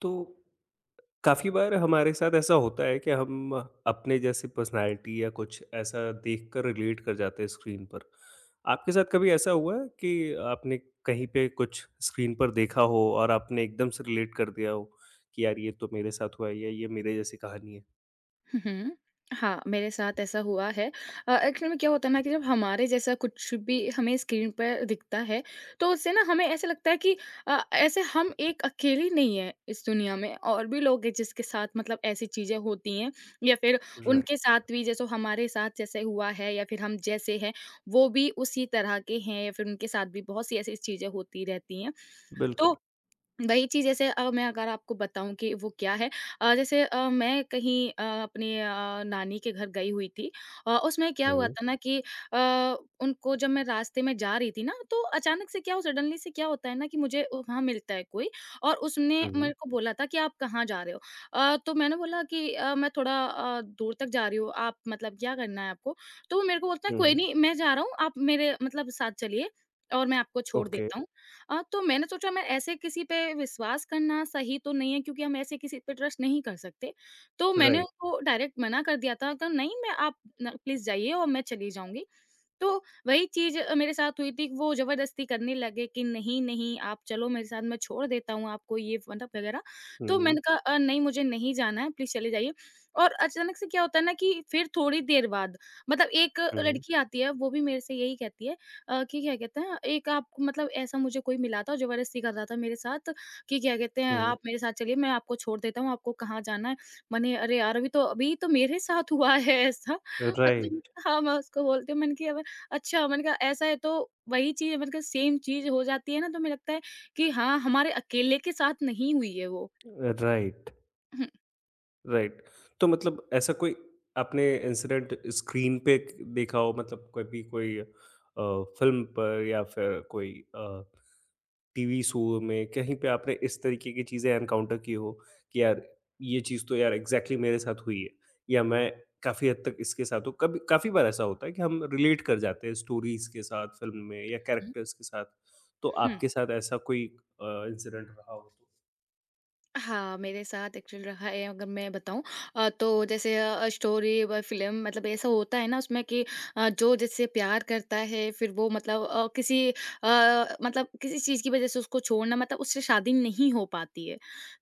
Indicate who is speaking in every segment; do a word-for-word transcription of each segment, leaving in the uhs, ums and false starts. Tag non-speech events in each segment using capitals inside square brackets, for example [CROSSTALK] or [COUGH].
Speaker 1: तो काफ़ी बार हमारे साथ ऐसा होता है कि हम अपने जैसी पर्सनैलिटी या कुछ ऐसा देखकर रिलेट कर जाते हैं स्क्रीन पर। आपके साथ कभी ऐसा हुआ है कि आपने कहीं पे कुछ स्क्रीन पर देखा हो और आपने एकदम से रिलेट कर दिया हो कि यार ये तो मेरे साथ हुआ है या ये मेरे जैसी कहानी है?
Speaker 2: हुँ। हाँ, मेरे साथ ऐसा हुआ है। अ, एक्चुअली में क्या होता है ना कि जब हमारे जैसा कुछ भी हमें स्क्रीन पर दिखता है, तो उससे ना हमें ऐसा लगता है कि अ, ऐसे हम एक अकेली नहीं हैं इस दुनिया में, और भी लोग हैं जिसके साथ मतलब ऐसी चीज़ें होती हैं, या फिर उनके
Speaker 1: राइट,
Speaker 2: साथ भी जैसे हमारे साथ जैसे हुआ है, या फिर हम जैसे हैं, वो भी उसी तरह के हैं, या फिर उनके साथ भी बहुत सी ऐसी चीज़ें होती रहती हैं। तो
Speaker 1: बिल्कुल।
Speaker 2: वही चीज़ जैसे अ, मैं अगर आपको बताऊँ कि वो क्या है। अ, जैसे अ, मैं कहीं अ, अपने अ, नानी के घर गई हुई थी। अ, उसमें क्या हुआ
Speaker 1: हुँ,
Speaker 2: था ना कि अ, उनको जब मैं रास्ते में जा रही थी ना, तो अचानक से क्या हो सडनली से क्या होता है ना कि मुझे वहाँ मिलता है कोई, और उसने
Speaker 1: हुँ,
Speaker 2: मेरे को बोला था कि आप कहाँ जा रहे हो? अ, तो मैंने बोला कि अ, मैं थोड़ा अ, दूर तक जा रही हूँ, आप मतलब क्या करना है आपको? तो वो मेरे को बोलता है, कोई
Speaker 1: हुँ,
Speaker 2: नहीं, मैं जा रहा हूँ, आप मेरे मतलब साथ चलिए और मैं आपको छोड़
Speaker 1: ओके,
Speaker 2: देता हूँ। अ, तो मैंने सोचा, मैं ऐसे किसी पे विश्वास करना सही तो नहीं है, क्योंकि हम ऐसे किसी पे ट्रस्ट नहीं कर सकते। तो मैंने
Speaker 1: राइट।
Speaker 2: उनको डायरेक्ट मना कर दिया था कि नहीं, मैं आप न प्लीज़ जाइए और मैं चली जाऊँगी। तो वही चीज़ अ, मेरे साथ हुई थी, वो ज़बरदस्ती करने लगे कि नहीं, नहीं, आप चलो मेरे साथ, मैं छोड़ देता हूँ आपको, ये मतलब वगैरह। तो
Speaker 1: हुँ,
Speaker 2: मैंने कहा अ, नहीं, मुझे नहीं जाना है, प्लीज़ चले जाइए। और अचानक से क्या होता है ना कि फिर थोड़ी देर बाद मतलब एक
Speaker 1: हुँ,
Speaker 2: लड़की आती है, वो भी मेरे से यही कहती है अ, कि क्या कहते हैं, एक आप मतलब ऐसा मुझे कोई मिला था, ज़बरदस्ती कर रहा था मेरे साथ, कि क्या कहते हैं, हुँ।
Speaker 1: हुँ,
Speaker 2: आप मेरे साथ चलिए, मैं आपको छोड़ देता हूँ, आपको कहाँ जाना है? मैंने, अरे यार अभी तो अभी तो मेरे साथ हुआ है ऐसा मतलब।
Speaker 1: राइट,
Speaker 2: हाँ, मैं उसको बोलती हूँ, मैंने कहा अच्छा, मैंने कहा ऐसा है? तो वही चीज़ मतलब सेम चीज़ हो जाती है ना, तो मुझे लगता है कि हाँ, हमारे अकेले के साथ नहीं हुई है वो।
Speaker 1: राइट।
Speaker 2: हुँ,
Speaker 1: राइट। तो मतलब ऐसा कोई आपने इंसिडेंट स्क्रीन पे क देखा हो मतलब कभी कोई अ, फ़िल्म पर या फिर कोई अ, टीवी शो में कहीं पे आपने इस तरीके की चीज़ें एनकाउंटर की हो कि यार ये चीज़ तो यार एग्ज़ैक्टली मेरे साथ हुई है या मैं काफ़ी हद तक इसके साथ हूँ। कभी काफ़ी बार ऐसा होता है कि हम रिलेट कर जाते हैं स्टोरीज़ के साथ, फ़िल्म में या
Speaker 2: हुँ।
Speaker 1: कैरेक्टर्स के साथ। तो
Speaker 2: हुँ।
Speaker 1: आपके साथ ऐसा कोई अ, इंसिडेंट रहा हो तो?
Speaker 2: हाँ, मेरे साथ एक्चुअली रहा है, अगर मैं बताऊँ। अ, तो जैसे अ, स्टोरी व फ़िल्म मतलब ऐसा होता है ना उसमें कि अ, जो जिससे प्यार करता है फिर वो मतलब अ, किसी अ, मतलब किसी चीज़ की वज़ह से उसको छोड़ना मतलब उससे शादी नहीं हो पाती है।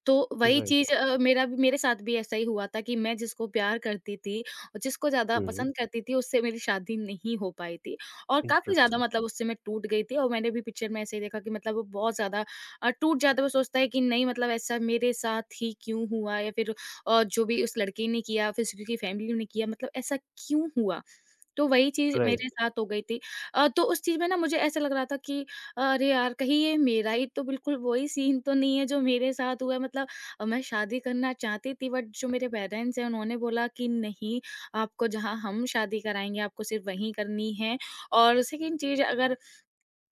Speaker 2: तो वही
Speaker 1: राइट।
Speaker 2: चीज़ अ, मेरा भी मेरे साथ भी ऐसा ही हुआ था कि मैं जिसको प्यार करती थी और जिसको ज़्यादा
Speaker 1: हुँ,
Speaker 2: पसंद करती थी, उससे मेरी शादी नहीं हो पाई थी। और काफ़ी ज़्यादा
Speaker 1: इंटरेस्टिंग।
Speaker 2: मतलब उससे मैं टूट गई थी, और मैंने भी पिक्चर में ऐसे ही देखा कि मतलब वो बहुत ज़्यादा अ, टूट जाता है, वो सोचता है कि नहीं मतलब ऐसा मेरे साथ ही क्यों हुआ, या फिर अ, जो भी उस लड़के ने किया फिर उसकी फैमिली ने किया मतलब ऐसा क्यों हुआ? तो वही चीज़
Speaker 1: राइट।
Speaker 2: मेरे साथ हो गई थी। अ, तो उस चीज़ में ना मुझे ऐसा लग रहा था कि अरे यार! कहीं ये मेरा ही तो बिल्कुल वही सीन तो नहीं है जो मेरे साथ हुआ है मतलब। अ, मैं शादी करना चाहती थी, बट जो मेरे पेरेंट्स हैं उन्होंने बोला कि नहीं, आपको जहाँ हम शादी कराएँगे आपको सिर्फ़ वहीं करनी है। और सेकंड चीज़, अगर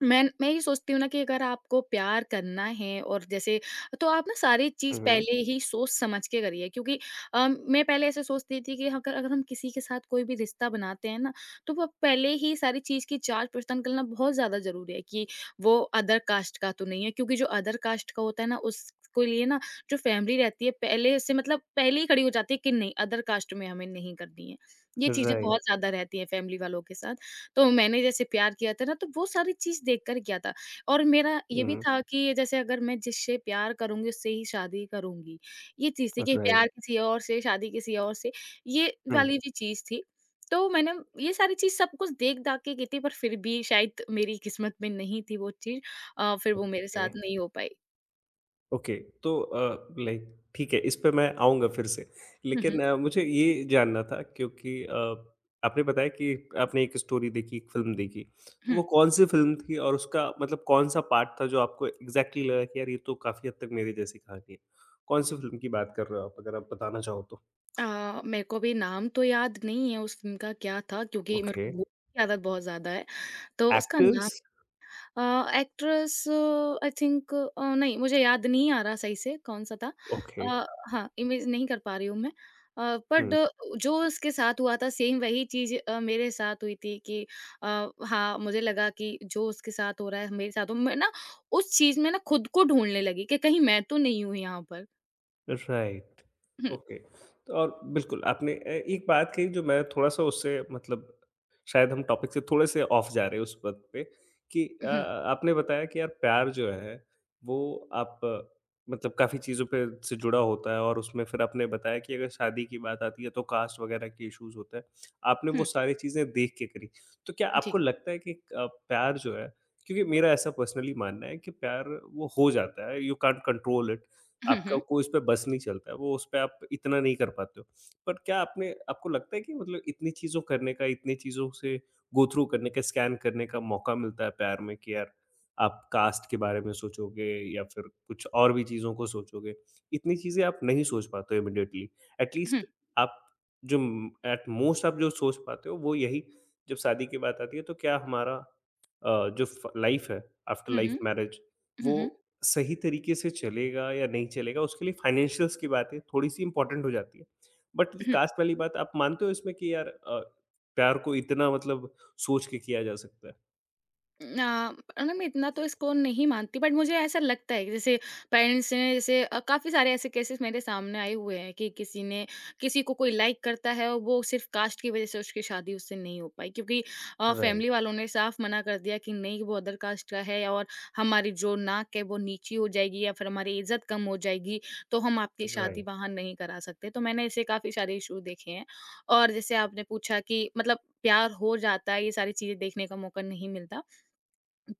Speaker 2: मैं मैं ये सोचती हूँ ना कि अगर आपको प्यार करना है और जैसे, तो आप ना सारी चीज़
Speaker 1: हुँ, हुँ।
Speaker 2: पहले ही सोच समझ के करिए, क्योंकि अ, मैं पहले ऐसे सोचती थी कि अगर अगर हम किसी के साथ कोई भी रिश्ता बनाते हैं ना, तो वो पहले ही सारी चीज़ की जांच पड़ताल करना बहुत ज़्यादा ज़रूरी है कि वो अदर कास्ट का तो नहीं है, क्योंकि जो अदर कास्ट का होता है ना, उसको लिए ना, जो फैमिली रहती है पहले से मतलब पहले ही खड़ी हो जाती है कि नहीं, अदर कास्ट में हमें नहीं करनी है। ये चीजें
Speaker 1: राइट।
Speaker 2: बहुत ज्यादा रहती हैं फैमिली वालों के साथ। तो मैंने जैसे प्यार किया था ना, तो वो सारी चीज़ देख कर किया था। और मेरा ये भी
Speaker 1: हुँ,
Speaker 2: था कि जैसे अगर मैं जिससे प्यार करूँगी उससे ही शादी करूँगी। ये चीज़ थी कि प्यार
Speaker 1: राइट।
Speaker 2: किसी और से, शादी किसी और से, ये
Speaker 1: हुँ,
Speaker 2: वाली भी चीज़ थी। तो मैंने ये सारी चीज़ सब कुछ देख-दाख के की थी, पर फिर भी शायद मेरी किस्मत में नहीं थी वो चीज़। अ, फिर वो मेरे
Speaker 1: ओके,
Speaker 2: साथ नहीं हो पाई।
Speaker 1: ओके तो अ, लाइक ठीक है, इस पे मैं आऊँगा फिर से।
Speaker 2: हुँ,
Speaker 1: लेकिन
Speaker 2: हुँ,
Speaker 1: अ, मुझे ये जानना था क्योंकि अ, आपने बताया कि आपने एक स्टोरी देखी, एक फ़िल्म देखी। तो वो
Speaker 2: हुँ।
Speaker 1: कौन-सी फ़िल्म थी और उसका मतलब कौन-सा पार्ट था जो आपको एग्ज़ैक्टली लगा कि यार ये तो काफ़ी हद तक मेरे जैसी कहानी है? कौन-सी फ़िल्म की बात कर रहे हो आप? अगर आप बताना चाहो तो?
Speaker 2: अ, मेरे को अभी नाम तो याद नहीं है उस फ़िल्म का क्या था, क्योंकि मेरे
Speaker 1: ओके,
Speaker 2: को भूलने की आदत बहुत ज़्यादा है, तो उसका नाम।
Speaker 1: एक्टर्स?
Speaker 2: Actress, I think. नहीं, मुझे याद नहीं आ रहा सही से कौन सा था।
Speaker 1: ओके,
Speaker 2: अ, हाँ, इमेज नहीं कर पा रही हूँ मैं, बट
Speaker 1: हुँ।
Speaker 2: जो उसके साथ हुआ था सेम वही चीज मेरे साथ हुई थी कि अ, हाँ, मुझे लगा कि जो उसके साथ हो रहा है मेरे साथ हो, मैं ना उस चीज में ना खुद को ढूंढने लगी कि कहीं मैं तो नहीं हूँ यहाँ पर।
Speaker 1: राइट।
Speaker 2: Hmm,
Speaker 1: okay. तो और बिल्कुल आपने अ, एक बात कही जो मैं थोड़ा-सा उससे मतलब शायद हम टॉपिक से थोड़े-से ऑफ जा रहे हैं उस बात पे कि अ,
Speaker 2: हम्म,
Speaker 1: आपने बताया कि यार प्यार जो है वो आप अ, मतलब काफ़ी चीज़ों पे से जुड़ा होता है और उसमें फिर आपने बताया कि अगर शादी की बात आती है तो कास्ट वग़ैरह के इश्यूज़ होते हैं। आपने वो
Speaker 2: हम्म,
Speaker 1: सारी चीज़ें देख के करी। तो क्या आपको
Speaker 2: जी,
Speaker 1: लगता है कि अ, प्यार जो है क्योंकि मेरा ऐसा पर्सनली मानना है कि प्यार वो हो जाता है, यू कांट कंट्रोल इट।
Speaker 2: हम्म,
Speaker 1: आपका
Speaker 2: हम्म,
Speaker 1: कोई उस पे बस नहीं चलता है, वो उस पे आप इतना नहीं कर पाते हो। बट क्या आपने आपको लगता है कि मतलब इतनी चीज़ों करने का, इतनी चीज़ों से गो थ्रू करने का, स्कैन करने का मौका मिलता है प्यार में कि यार आप कास्ट के बारे में सोचोगे या फिर कुछ और भी चीज़ों को सोचोगे। इतनी चीज़ें आप नहीं सोच पाते हो इमीडिएटली। एट लीस्ट
Speaker 2: हम्म,
Speaker 1: आप जो एट मोस्ट आप जो सोच पाते हो वो यही, जब शादी की बात आती है तो क्या हमारा अ, जो फ लाइफ़ है, आफ्टर
Speaker 2: हम्म,
Speaker 1: लाइफ मैरिज
Speaker 2: हम्म,
Speaker 1: वो
Speaker 2: हम्म,
Speaker 1: सही तरीके से चलेगा या नहीं चलेगा, उसके लिए फाइनेंशियल्स की बातें थोड़ी-सी इम्पोर्टेंट हो जाती है। बट ये
Speaker 2: हम्म।
Speaker 1: कास्ट वाली बात आप मानते हो इसमें कि यार अ, प्यार को इतना मतलब सोच के किया जा सकता है?
Speaker 2: ना, ना मैं इतना तो इसको नहीं मानती, बट मुझे ऐसा लगता है कि जैसे पेरेंट्स ने जैसे अ, काफ़ी सारे ऐसे केसेस मेरे सामने आए हुए हैं कि किसी ने किसी को, कोई लाइक करता है और वो सिर्फ कास्ट की वजह से उसकी शादी उससे नहीं हो पाई, क्योंकि
Speaker 1: राइट,
Speaker 2: फैमिली वालों ने साफ मना कर दिया कि नहीं, वो अदर कास्ट का है, और हमारी जो नाक है वो नीची हो जाएगी, या फिर हमारी इज्जत कम हो जाएगी, तो हम आपकी शादी
Speaker 1: राइट।
Speaker 2: वहाँ नहीं करा सकते। तो मैंने ऐसे काफ़ी सारे इशू देखे हैं। और जैसे आपने पूछा कि मतलब प्यार हो जाता है, ये सारी चीज़ें देखने का मौका नहीं मिलता,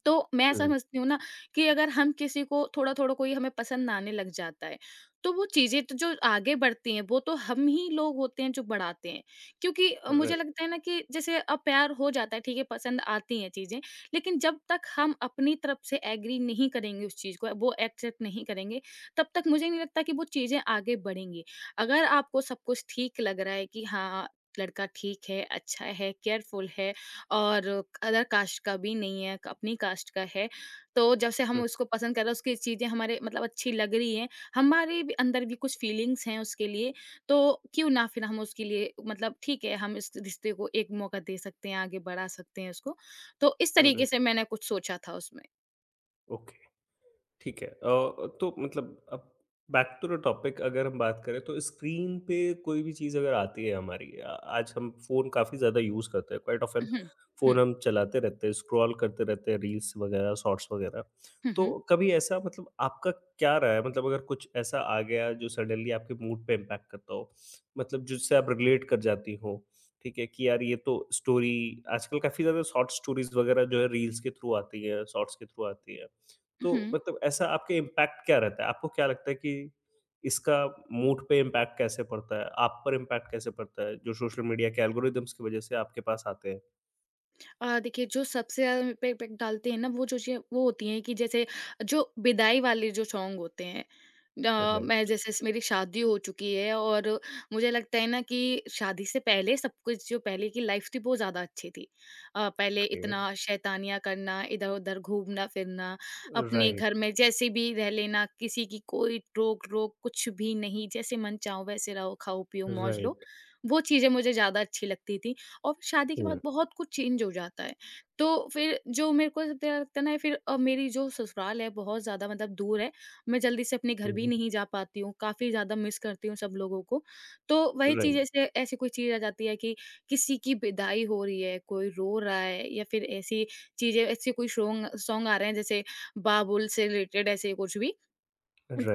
Speaker 2: तो मैं
Speaker 1: हुँ,
Speaker 2: समझती हूँ ना कि अगर हम किसी को थोड़ा-थोड़ा, कोई हमें पसंद आने लग जाता है, तो वो चीज़ें तो जो आगे बढ़ती हैं, वो तो हम ही लोग होते हैं जो बढ़ाते हैं। क्योंकि अ, मुझे
Speaker 1: राइट।
Speaker 2: लगता है ना कि जैसे अब प्यार हो जाता है, ठीक है, पसंद आती हैं चीज़ें, लेकिन जब तक हम अपनी तरफ से एग्री नहीं करेंगे उस चीज़ को, वो एक्सेप्ट नहीं करेंगे, तब तक मुझे नहीं लगता कि वो चीज़ें आगे बढ़ेंगी। अगर आपको सब कुछ ठीक लग रहा है कि हाँ, लड़का ठीक है, अच्छा है, केयरफुल है, और अदर कास्ट का भी नहीं है, अपनी कास्ट का है। तो जब से हम उसको पसंद कर रहे हैं, उसकी चीज़ें हमारे मतलब अच्छी लग रही हैं, हमारे भी अंदर भी कुछ फीलिंग्स हैं उसके लिए, तो क्यों ना फिर हम उसके लिए मतलब ठीक है, हम इस रिश्ते को एक मौका दे सकते हैं, आगे बढ़ा सकते हैं उसको। तो इस
Speaker 1: हुँ,
Speaker 2: तरीके
Speaker 1: राइट,
Speaker 2: से मैंने कुछ सोचा था उसमें।
Speaker 1: ओके। ठीक है। अ, तो मतलब अब बैक टू द टॉपिक अगर हम बात करें तो स्क्रीन पे कोई भी चीज़ अगर आती है हमारी अ, आज हम फ़ोन काफ़ी ज़्यादा यूज़ करते हैं, क्वाइट ऑफ़न
Speaker 2: हुँ, हुँ,
Speaker 1: फ़ोन हम चलाते रहते हैं, स्क्रॉल करते रहते हैं, रील्स वगैरह, शॉर्ट्स वगैरह।
Speaker 2: हुँ,
Speaker 1: तो
Speaker 2: हुँ,
Speaker 1: कभी ऐसा मतलब आपका क्या रहा है? मतलब अगर कुछ ऐसा आ गया जो सडनली आपके मूड पे इम्पैक्ट करता हो, मतलब जिससे आप रिलेट कर जाती हो, ठीक है, कि यार ये तो स्टोरी आजकल काफ़ी ज़्यादा शॉर्ट स्टोरीज़ वगैरह जो है रील्स के थ्रू आती है, शॉर्ट्स के थ्रू आती है। तो
Speaker 2: हुँ।
Speaker 1: मतलब ऐसा आपके इम्पैक्ट क्या रहता है? आपको क्या लगता है कि इसका मूड पे इम्पैक्ट कैसे पड़ता है? आप पर इम्पैक्ट कैसे पड़ता है, जो सोशल मीडिया के एल्गोरिदम्स की वज़ह से आपके पास आते हैं?
Speaker 2: अ, देखिए, जो सबसे ज़्यादा पे इम्पैक्ट डालते हैं ना, वो जो चीज़ें वो होती हैं कि जैसे जो विदाई वाले जो सॉन्ग होते हैं। अ, मैं
Speaker 1: राइट,
Speaker 2: जैसे स- मेरी शादी हो चुकी है, और मुझे लगता है ना कि शादी से पहले सब कुछ, जो पहले की लाइफ थी वो ज़्यादा अच्छी थी। अ, पहले
Speaker 1: ओके।
Speaker 2: इतना शैतानियाँ करना, इधर उधर घूमना फिरना, अपने घर
Speaker 1: राइट,
Speaker 2: में जैसे भी रह लेना, किसी की कोई रोक रोक कुछ भी नहीं, जैसे मन चाहो वैसे रहो, खाओ पियो, मौज लो,
Speaker 1: राइट।
Speaker 2: वो चीज़ें मुझे ज़्यादा अच्छी लगती थी। और शादी के
Speaker 1: हुँ,
Speaker 2: बाद बहुत कुछ चेंज हो जाता है। तो फिर जो मेरे को सबसे ज़्यादा लगता है ना, फिर अ, मेरी जो ससुराल है बहुत ज़्यादा मतलब दूर है। मैं जल्दी से अपने घर भी
Speaker 1: हुँ।
Speaker 2: नहीं जा पाती हूँ, काफ़ी ज़्यादा मिस करती हूँ सब लोगों को। तो वही चीज़,
Speaker 1: राइट,
Speaker 2: ऐसे ऐसी कोई चीज़ आ जाती है कि किसी की विदाई हो रही है, कोई रो रहा है, या फिर ऐसी चीज़ें, ऐसे कोई शोंग सॉन्ग आ रहे हैं जैसे बाबुल से रिलेटेड ऐसे कुछ भी।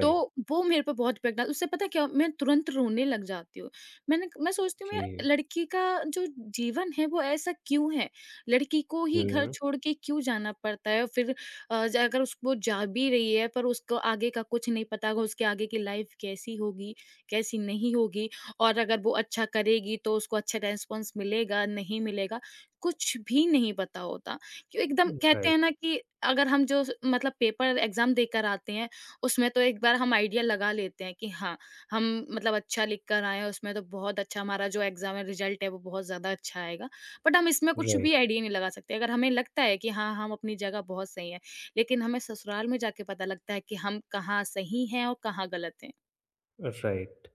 Speaker 2: तो वो मेरे पे बहुत इफ़ेक्ट डाला, उससे पता है क्या, मैं तुरंत रोने लग जाती हूँ। मैंने मैं सोचती हूँ,
Speaker 1: जी।
Speaker 2: यार, लड़की का जो जीवन है वो ऐसा क्यों है? लड़की को ही घर
Speaker 1: हुँ,
Speaker 2: छोड़ के क्यों जाना पड़ता है? फिर अ, ज अगर उस वो जा भी रही है पर उसको आगे का कुछ नहीं पता होगा उसके आगे की लाइफ़ कैसी होगी, कैसी नहीं होगी और अगर वो अच्छा करेगी तो उसको अच्छा रिस्पॉन्स मिलेगा, नहीं मिलेगा, कुछ भी नहीं पता होता। क्यों एकदम कहते हैं
Speaker 1: राइट,
Speaker 2: ना कि अगर हम जो मतलब पेपर एग्ज़ाम देकर आते हैं उसमें तो एक बार हम आइडिया लगा लेते हैं कि हाँ, हम मतलब अच्छा लिख कर आए हैं, उसमें तो बहुत अच्छा हमारा जो एग्ज़ाम है रिज़ल्ट है वो बहुत ज़्यादा अच्छा आएगा। बट हम इसमें कुछ भी
Speaker 1: राइट,
Speaker 2: आइडिया नहीं लगा सकते। अगर हमें लगता है कि हाँ, हम अपनी जगह बहुत सही हैं, लेकिन हमें ससुराल में जाके पता लगता है कि हम कहाँ सही हैं और कहाँ गलत हैं।
Speaker 1: राइट।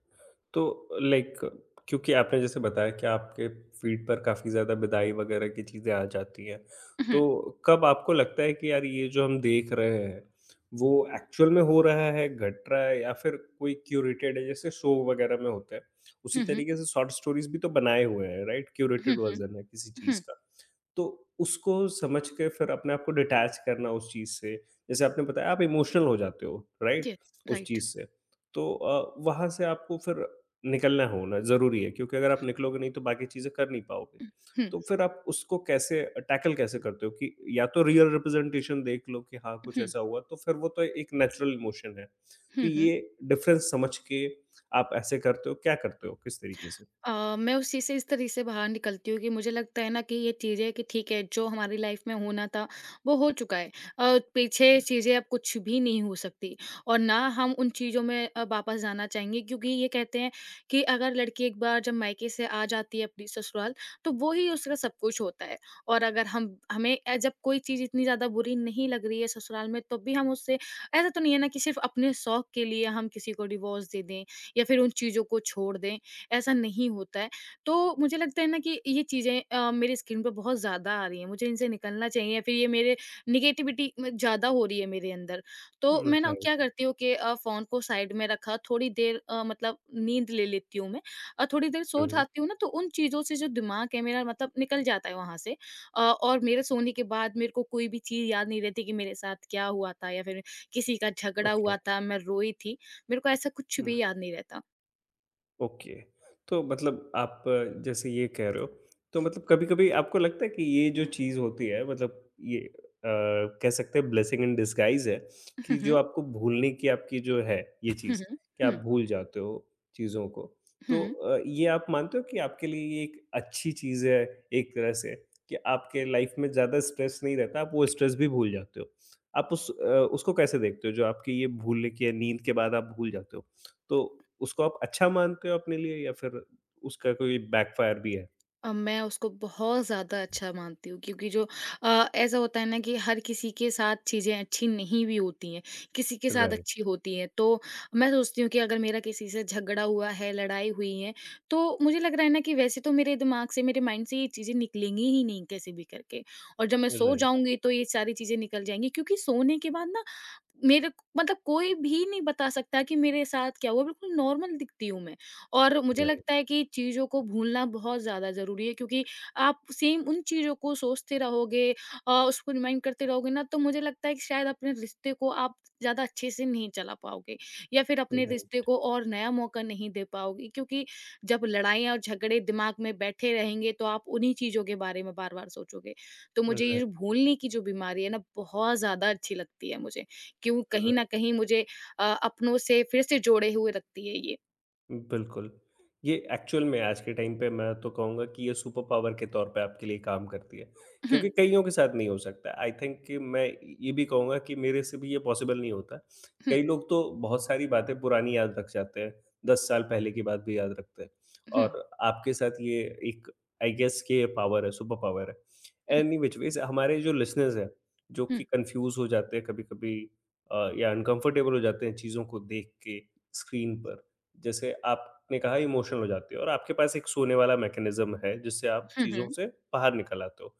Speaker 1: तो लाइक क्योंकि आपने जैसे बताया कि आपके फ़ीड पर काफ़ी ज़्यादा बिदाई वगैरह की चीज़ें आ जाती हैं। तो
Speaker 2: हुँ,
Speaker 1: कब आपको लगता है कि यार ये जो हम देख रहे हैं, वो एक्चुअल में हो रहा है, घट रहा है या फिर कोई क्यूरेटेड है जैसे शो वगैरह में होता है। उसी
Speaker 2: हुँ, हुँ,
Speaker 1: तरीके से शॉर्ट स्टोरीज़ भी तो बनाए हुए हैं राइट?
Speaker 2: हुँ,
Speaker 1: क्यूरेटेड
Speaker 2: हुँ,
Speaker 1: वर्ज़न है किसी चीज़
Speaker 2: हुँ,
Speaker 1: का। तो उसको समझ के फिर अपने आप को डिटैच करना उस चीज़ से, जैसे आपने बताया आप इमोशनल हो जाते हो राइट?
Speaker 2: जी,
Speaker 1: उस
Speaker 2: राइट।
Speaker 1: चीज़ से। तो अ, वहाँ से आपको फिर निकलना होना ज़रूरी है क्योंकि अगर आप निकलोगे नहीं तो बाकी चीज़ें कर नहीं पाओगे।
Speaker 2: हुँ, हुँ,
Speaker 1: तो फिर आप उसको कैसे टैकल कैसे करते हो कि या तो रियल रिप्रेज़ेंटेशन देख लो कि हाँ, कुछ
Speaker 2: हुँ,
Speaker 1: ऐसा हुआ तो फिर वो तो एक नेचुरल इमोशन है। तो
Speaker 2: हुँ, हुँ।
Speaker 1: ये डिफ़रेंस समझ के आप ऐसे करते हो, क्या करते हो? किस तरीके से?
Speaker 2: अ, मैं उस चीज़ से इस तरीके से बाहर निकलती हूँ कि मुझे लगता है ना कि ये चीज़ें कि ठीक है जो हमारी लाइफ में होना था वो हो चुका है अ, पीछे चीज़ें अब कुछ भी नहीं हो सकती और ना हम उन चीज़ों में अ, वापस जाना चाहेंगे क्योंकि ये कहते हैं कि अगर लड़की एक बार जब मायके से आ जाती है अपनी ससुराल तो वो ही उसका सब कुछ होता है और अगर हम हमें अ, जब कोई चीज़ इतनी ज़्यादा बुरी नहीं लग रही है ससुराल में तो भी हम उससे ऐसा तो नहीं है ना कि सिर्फ अपने शौक के लिए हम किसी को डिवोर्स दे दें या फिर उन चीज़ों को छोड़ दें ऐसा नहीं होता है। तो मुझे लगता है ना कि ये चीज़ें अ, मेरी स्किन पे बहुत ज़्यादा आ रही हैं, मुझे इनसे निकलना चाहिए या फिर ये मेरे नेगेटिविटी म ज़्यादा हो रही है मेरे अंदर। तो
Speaker 1: हुँ,
Speaker 2: मैं ना क्या
Speaker 1: राइट।
Speaker 2: करती हूँ कि अ, फ़ोन को साइड में रखा, थोड़ी देर अ, मतलब नींद ले लेती हूँ मैं और थोड़ी देर
Speaker 1: हुँ,
Speaker 2: सो
Speaker 1: हुँ।
Speaker 2: जाती हूँ ना, तो उन चीज़ों से जो दिमाग है मेरा मतलब निकल जाता है वहाँ से। अ, और मेरे सोने के बाद मेरे को कोई भी चीज़ याद नहीं रहती कि मेरे साथ क्या हुआ था या फिर किसी का झगड़ा
Speaker 1: ओके।
Speaker 2: हुआ था, मैं रोई थी। मेरे को ऐसा कुछ
Speaker 1: हुँ।
Speaker 2: भी याद नहीं रहता।
Speaker 1: ओके। तो मतलब आप जैसे ये कह रहे हो, तो मतलब कभी-कभी आपको लगता है कि ये जो चीज़ होती है मतलब ये अ, कह सकते हैं ब्लेसिंग इन डिस्गाइज़ है कि जो
Speaker 2: [LAUGHS]
Speaker 1: आपको भूलने की आपकी जो है ये
Speaker 2: हुँ,
Speaker 1: चीज़,
Speaker 2: हुँ।
Speaker 1: कि आप
Speaker 2: हुँ,
Speaker 1: भूल जाते हो चीज़ों को। तो
Speaker 2: हुँ।
Speaker 1: अ, ये आप मानते हो कि आपके लिए ये एक अच्छी चीज़ है एक तरह से कि आपके लाइफ़ में ज़्यादा स्ट्रेस नहीं रहता, आप वो स्ट्रेस भी भूल जाते हो? आप उस अ, उसको कैसे देखते हो जो आपकी ये भूलने की या नींद के बाद आप भूल जाते हो? तो उसको आप अच्छा मानते हो अपने लिए या फिर उसका कोई बैकफायर भी है?
Speaker 2: अ, मैं उसको बहुत ज़्यादा अच्छा मानती हूँ क्योंकि जो अ, ऐसा होता है ना कि हर किसी के साथ चीज़ें अच्छी नहीं भी होती हैं, किसी के साथ अच्छी
Speaker 1: राइट,
Speaker 2: होती हैं। तो मैं सोचती हूँ कि अगर मेरा किसी से झगड़ा हुआ है, लड़ाई हुई है, तो मुझे लग रहा है ना कि वैसे तो मेरे दिमाग से, मेरे माइंड से ये चीज़ें निकलेंगी ही नहीं कैसे भी करके और जब मैं सो
Speaker 1: राइट,
Speaker 2: जाऊँगी तो ये सारी चीज़ें निकल जाएँगी क्योंकि सोने के बाद ना मेरे क मतलब कोई भी नहीं बता सकता कि मेरे साथ क्या हुआ, बिल्कुल नॉर्मल दिखती हूँ मैं। और मुझे
Speaker 1: राइट,
Speaker 2: लगता है कि चीज़ों को भूलना बहुत ज़्यादा ज़रूरी है क्योंकि आप सेम उन चीज़ों को सोचते रहोगे अ, उसको रिमाइंड करते रहोगे ना, तो मुझे लगता है कि शायद अपने रिश्ते को आप ज़्यादा अच्छे से नहीं चला पाओगे या फिर अपने रिश्ते
Speaker 1: राइट,
Speaker 2: को और नया मौका नहीं दे पाओगे क्योंकि जब लड़ाइयाँ और झगड़े दिमाग में बैठे रहेंगे, तो आप उन्हीं चीज़ों के बारे में बार-बार सोचोगे। तो मुझे ये
Speaker 1: राइट,
Speaker 2: जो भूलने की जो बीमारी है ना, बहुत ज़्यादा अच्छी लगती है मुझे। क्यों कहीं न
Speaker 1: राइट।
Speaker 2: कहीं मुझे अ, अपनों से फिर से जोड़े हुए रखती है ये।
Speaker 1: बिल्कुल, ये एक्चुअल में आज के टाइम पे मैं तो कहूँगा कि ये सुपर पावर के तौर पे आपके लिए काम करती है,
Speaker 2: हुँ,
Speaker 1: क्योंकि कइयों के साथ नहीं हो सकता। आई थिंक कि मैं ये भी कहूँगा कि मेरे से भी ये पॉसिबल नहीं होता।
Speaker 2: हुँ,
Speaker 1: कई लोग तो बहुत सारी बातें पुरानी याद रख जाते हैं, दस साल पहले की बात भी याद रखते हैं
Speaker 2: हुँ,
Speaker 1: और आपके साथ ये एक आई गेस कि ये पावर है, सुपर पावर है।
Speaker 2: हुँ,
Speaker 1: एनी व्हिच वेज़ हमारे जो लिसनर्स हैं, जो कि कन्फ्यूज़ हो जाते हैं कभी-कभी अ, या अनकम्फर्टेबल हो जाते हैं चीज़ों को देख के स्क्रीन पर। जैसे आपने कहा इमोशनल हो जाती हो और आपके पास एक सोने वाला मैकेनिज्म है जिससे आप
Speaker 2: हुँ,
Speaker 1: चीज़ों
Speaker 2: हुँ,
Speaker 1: से बाहर निकल आते हो।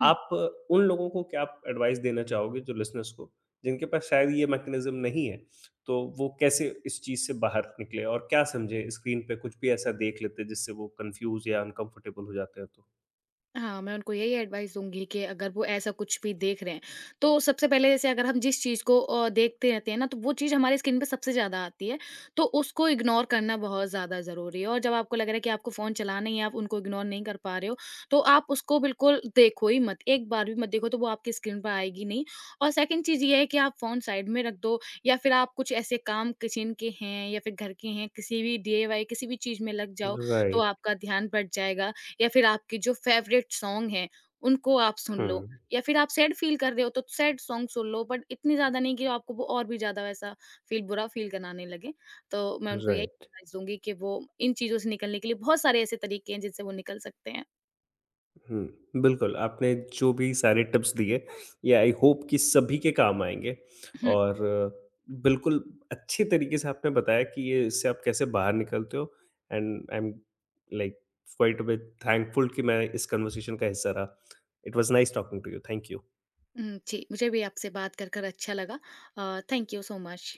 Speaker 2: हुँ।
Speaker 1: आप उन लोगों को क्या आप एडवाइस देना चाहोगे जो लिसनर्स को, जिनके पास शायद ये मैकेनिज्म नहीं है, तो वो कैसे इस चीज़ से बाहर निकले और क्या समझे स्क्रीन पे कुछ भी ऐसा देख लेते हैं जिससे वो कन्फ्यूज़ या अनकम्फर्टेबल हो जाते हैं तो?
Speaker 2: हाँ, मैं उनको यही एडवाइस दूँगी कि अगर वो ऐसा कुछ भी देख रहे हैं, तो सबसे पहले जैसे अगर हम जिस चीज़ को अ, देखते रहते हैं ना, तो वो चीज़ हमारे स्किन पे सबसे ज़्यादा आती है, तो उसको इग्नोर करना बहुत ज़्यादा ज़रूरी है और जब आपको लग रहा है कि आपको फ़ोन चलाना ही है, आप उनको इग्नोर नहीं कर पा रहे हो, तो आप उसको बिल्कुल देखो ही मत, एक बार भी मत देखो, तो वो आपकी स्किन पे आएगी नहीं और सेकंड चीज़ ये है कि आप फ़ोन साइड में रख दो या फिर आप कुछ ऐसे काम किचन के हैं या फिर घर के हैं, किसी भी डी आई वाई किसी भी चीज़ में लग जाओ, तो
Speaker 1: राइट,
Speaker 2: आपका ध्यान बँट जाएगा। या फिर आपकी जो फेवरेट सॉन्ग हैं, उनको आप सुन
Speaker 1: हुँ,
Speaker 2: लो या फिर आप सैड फ़ील कर रहे हो, तो सैड सॉन्ग सुन लो बट इतनी ज़्यादा नहीं कि आपको वो और भी ज़्यादा वैसा फ़ील बुरा फ़ील कराने लगे। तो मैं उनको यही
Speaker 1: राइट।
Speaker 2: एडवाइस दूँगी कि वो इन चीज़ों से निकलने के लिए बहुत सारे ऐसे तरीके हैं जिनसे वो निकल सकते हैं।
Speaker 1: हुँ, बिल्कुल, आपने जो भी सारे टिप्स दिए, ये आई होप कि सभी के काम आएँगे
Speaker 2: हुँ,
Speaker 1: और अ, बिल्कुल अच्छे तरीके से आपने बताया कि ये इससे आप कैसे बाहर निकलते हो and I am like quite a bit thankful कि मैं इस कन्वर्सेशन का हिस्सा रहा। It was nice talking to you. Thank you.
Speaker 2: हुँ, जी, मुझे भी आपसे बात कर, कर अच्छा लगा। अ, थैंक यू सो मच।